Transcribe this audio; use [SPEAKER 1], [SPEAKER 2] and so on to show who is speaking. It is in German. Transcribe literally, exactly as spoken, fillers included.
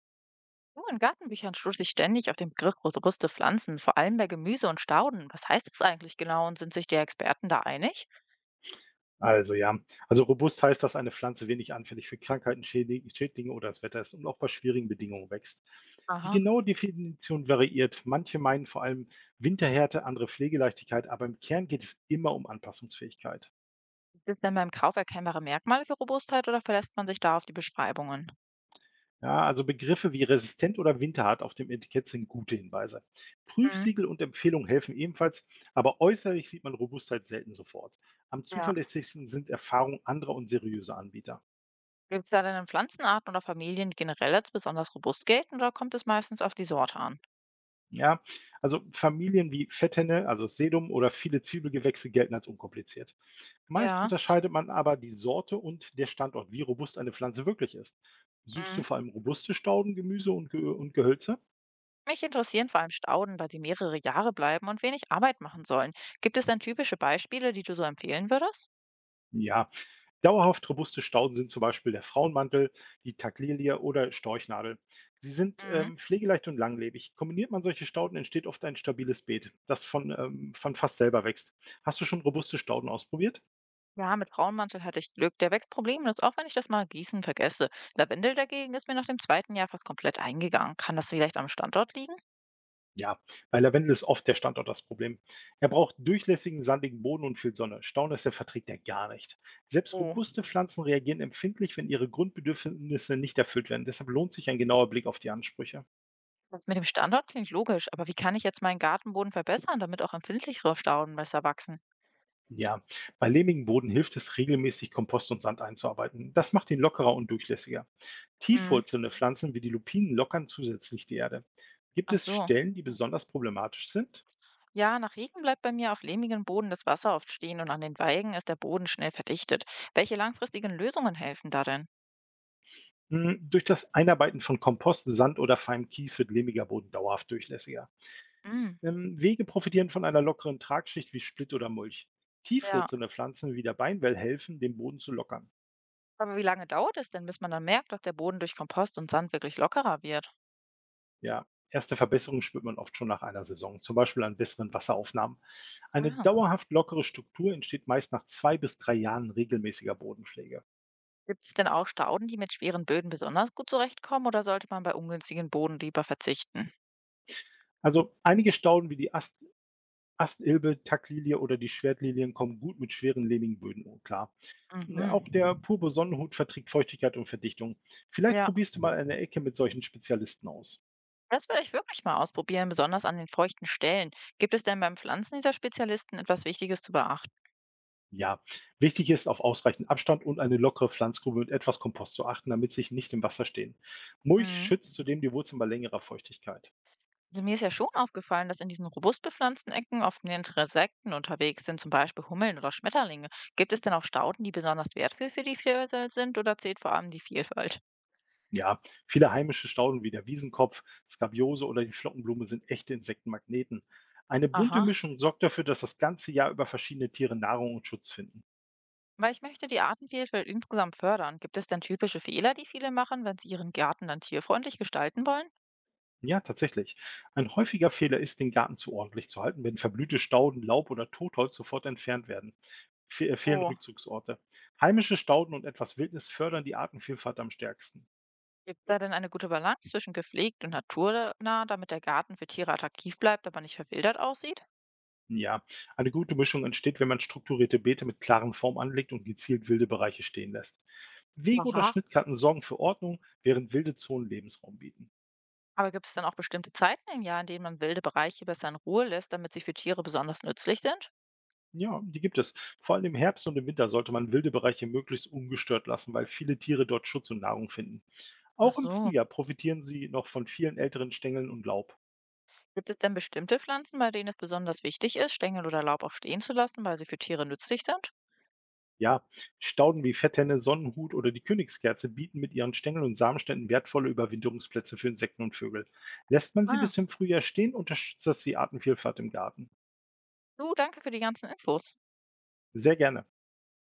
[SPEAKER 1] Nur in Gartenbüchern stoße ich ständig auf den Begriff robuste Pflanzen, vor allem bei Gemüse und Stauden. Was heißt das eigentlich genau und sind sich die Experten da einig?
[SPEAKER 2] Also ja, also robust heißt, dass eine Pflanze wenig anfällig für Krankheiten, Schädli- Schädlinge oder das Wetter ist und auch bei schwierigen Bedingungen wächst. Die
[SPEAKER 1] Aha.
[SPEAKER 2] genaue Definition variiert. Manche meinen vor allem Winterhärte, andere Pflegeleichtigkeit, aber im Kern geht es immer um Anpassungsfähigkeit.
[SPEAKER 1] Gibt es denn beim Kauf erkennbare Merkmale für Robustheit oder verlässt man sich da auf die Beschreibungen?
[SPEAKER 2] Ja, also Begriffe wie resistent oder winterhart auf dem Etikett sind gute Hinweise.
[SPEAKER 1] Hm,
[SPEAKER 2] Prüfsiegel und Empfehlungen helfen ebenfalls, aber äußerlich sieht man Robustheit selten sofort. Am
[SPEAKER 1] ja.
[SPEAKER 2] zuverlässigsten sind Erfahrungen anderer und seriöser Anbieter.
[SPEAKER 1] Gibt es da denn in Pflanzenarten oder Familien die generell als besonders robust gelten oder kommt es meistens auf die Sorte an?
[SPEAKER 2] Ja, also Familien wie Fettenne, also Sedum oder viele Zwiebelgewächse gelten als unkompliziert. Meist
[SPEAKER 1] Ja.
[SPEAKER 2] unterscheidet man aber die Sorte und der Standort, wie robust eine Pflanze wirklich ist. Suchst du
[SPEAKER 1] Mhm.
[SPEAKER 2] vor allem robuste Stauden, Gemüse und, Ge und Gehölze?
[SPEAKER 1] Mich interessieren vor allem Stauden, weil sie mehrere Jahre bleiben und wenig Arbeit machen sollen. Gibt es denn typische Beispiele, die du so empfehlen würdest?
[SPEAKER 2] Ja, dauerhaft robuste Stauden sind zum Beispiel der Frauenmantel, die Taglilie oder Storchnadel. Sie sind
[SPEAKER 1] Mhm.
[SPEAKER 2] ähm, pflegeleicht und langlebig. Kombiniert man solche Stauden, entsteht oft ein stabiles Beet, das von, ähm, von fast selber wächst. Hast du schon robuste Stauden ausprobiert?
[SPEAKER 1] Ja, mit Braunmantel hatte ich Glück. Der wächst problemlos, auch wenn ich das mal gießen vergesse. Lavendel dagegen ist mir nach dem zweiten Jahr fast komplett eingegangen. Kann das vielleicht am Standort liegen?
[SPEAKER 2] Ja, bei Lavendel ist oft der Standort das Problem. Er braucht durchlässigen, sandigen Boden und viel Sonne. Staunässe verträgt er gar nicht. Selbst
[SPEAKER 1] Oh,
[SPEAKER 2] robuste Pflanzen reagieren empfindlich, wenn ihre Grundbedürfnisse nicht erfüllt werden. Deshalb lohnt sich ein genauer Blick auf die Ansprüche.
[SPEAKER 1] das mit dem Standort klingt logisch, aber wie kann ich jetzt meinen Gartenboden verbessern, damit auch empfindlichere Stauden besser wachsen?
[SPEAKER 2] Ja, bei lehmigem Boden hilft es, regelmäßig Kompost und Sand einzuarbeiten. Das macht ihn lockerer und durchlässiger.
[SPEAKER 1] Hm,
[SPEAKER 2] Tiefwurzelnde Pflanzen wie die Lupinen lockern zusätzlich die Erde. Gibt
[SPEAKER 1] ach
[SPEAKER 2] es
[SPEAKER 1] so.
[SPEAKER 2] Stellen, die besonders problematisch sind?
[SPEAKER 1] Ja, nach Regen bleibt bei mir auf lehmigem Boden das Wasser oft stehen und an den Weigen ist der Boden schnell verdichtet. Welche langfristigen Lösungen helfen da denn?
[SPEAKER 2] Hm, durch das Einarbeiten von Kompost, Sand oder feinem Kies wird lehmiger Boden dauerhaft durchlässiger.
[SPEAKER 1] Hm,
[SPEAKER 2] Ähm, Wege profitieren von einer lockeren Tragschicht wie Splitt oder Mulch.
[SPEAKER 1] ja.
[SPEAKER 2] Tiefwurzelnde Pflanzen wie der Beinwell helfen, den Boden zu lockern.
[SPEAKER 1] Aber wie lange dauert es denn, bis man dann merkt, dass der Boden durch Kompost und Sand wirklich lockerer wird?
[SPEAKER 2] Ja, erste Verbesserungen spürt man oft schon nach einer Saison, zum Beispiel an besseren Wasseraufnahmen. Eine
[SPEAKER 1] Ah.
[SPEAKER 2] dauerhaft lockere Struktur entsteht meist nach zwei bis drei Jahren regelmäßiger Bodenpflege.
[SPEAKER 1] Gibt es denn auch Stauden, die mit schweren Böden besonders gut zurechtkommen oder sollte man bei ungünstigen Boden lieber verzichten?
[SPEAKER 2] Also einige Stauden wie die Ast Astilbe, Taglilie oder die Schwertlilien kommen gut mit schweren lehmigen Böden um, klar. Ne, auch der
[SPEAKER 1] Mhm.
[SPEAKER 2] pure Sonnenhut verträgt Feuchtigkeit und Verdichtung. Vielleicht
[SPEAKER 1] Ja,
[SPEAKER 2] probierst du mal eine Ecke mit solchen Spezialisten aus.
[SPEAKER 1] das will ich wirklich mal ausprobieren, besonders an den feuchten Stellen. Gibt es denn beim Pflanzen dieser Spezialisten etwas Wichtiges zu beachten?
[SPEAKER 2] Ja, wichtig ist, auf ausreichend Abstand und eine lockere Pflanzgrube mit etwas Kompost zu achten, damit sie nicht im Wasser stehen. Mulch
[SPEAKER 1] Mhm.
[SPEAKER 2] schützt zudem die Wurzeln bei längerer Feuchtigkeit.
[SPEAKER 1] Also mir ist ja schon aufgefallen, dass in diesen robust bepflanzten Ecken oft mehr Insekten unterwegs sind, zum Beispiel Hummeln oder Schmetterlinge. Gibt es denn auch Stauden, die besonders wertvoll für die Vielfalt sind oder zählt vor allem die Vielfalt?
[SPEAKER 2] Ja, viele heimische Stauden wie der Wiesenkopf, Skabiose oder die Flockenblume sind echte Insektenmagneten. Eine bunte
[SPEAKER 1] Aha.
[SPEAKER 2] Mischung sorgt dafür, dass das ganze Jahr über verschiedene Tiere Nahrung und Schutz finden.
[SPEAKER 1] Weil ich möchte die Artenvielfalt insgesamt fördern. Gibt es denn typische Fehler, die viele machen, wenn sie ihren Garten dann tierfreundlich gestalten wollen?
[SPEAKER 2] Ja, tatsächlich. Ein häufiger Fehler ist, den Garten zu ordentlich zu halten, wenn verblühte Stauden, Laub oder Totholz sofort entfernt werden. Fe äh, fehlen
[SPEAKER 1] Oh,
[SPEAKER 2] Rückzugsorte. Heimische Stauden und etwas Wildnis fördern die Artenvielfalt am stärksten.
[SPEAKER 1] gibt da denn eine gute Balance zwischen gepflegt und naturnah, damit der Garten für Tiere attraktiv bleibt, aber nicht verwildert aussieht?
[SPEAKER 2] Ja, eine gute Mischung entsteht, wenn man strukturierte Beete mit klaren Formen anlegt und gezielt wilde Bereiche stehen lässt. Wege oder
[SPEAKER 1] Aha.
[SPEAKER 2] Schnittkarten sorgen für Ordnung, während wilde Zonen Lebensraum bieten.
[SPEAKER 1] Aber gibt es dann auch bestimmte Zeiten im Jahr, in denen man wilde Bereiche besser in Ruhe lässt, damit sie für Tiere besonders nützlich sind?
[SPEAKER 2] Ja, die gibt es. Vor allem im Herbst und im Winter sollte man wilde Bereiche möglichst ungestört lassen, weil viele Tiere dort Schutz und Nahrung finden.
[SPEAKER 1] Ach
[SPEAKER 2] Auch im
[SPEAKER 1] so.
[SPEAKER 2] Frühjahr profitieren sie noch von vielen älteren Stängeln und Laub.
[SPEAKER 1] Gibt es denn bestimmte Pflanzen, bei denen es besonders wichtig ist, Stängel oder Laub auch stehen zu lassen, weil sie für Tiere nützlich sind?
[SPEAKER 2] Ja, Stauden wie Fetthenne, Sonnenhut oder die Königskerze bieten mit ihren Stängeln und Samenständen wertvolle Überwinterungsplätze für Insekten und Vögel. Lässt man sie bis
[SPEAKER 1] Ah,
[SPEAKER 2] zum Frühjahr stehen, unterstützt das die Artenvielfalt im Garten.
[SPEAKER 1] du, danke für die ganzen Infos.
[SPEAKER 2] Sehr gerne.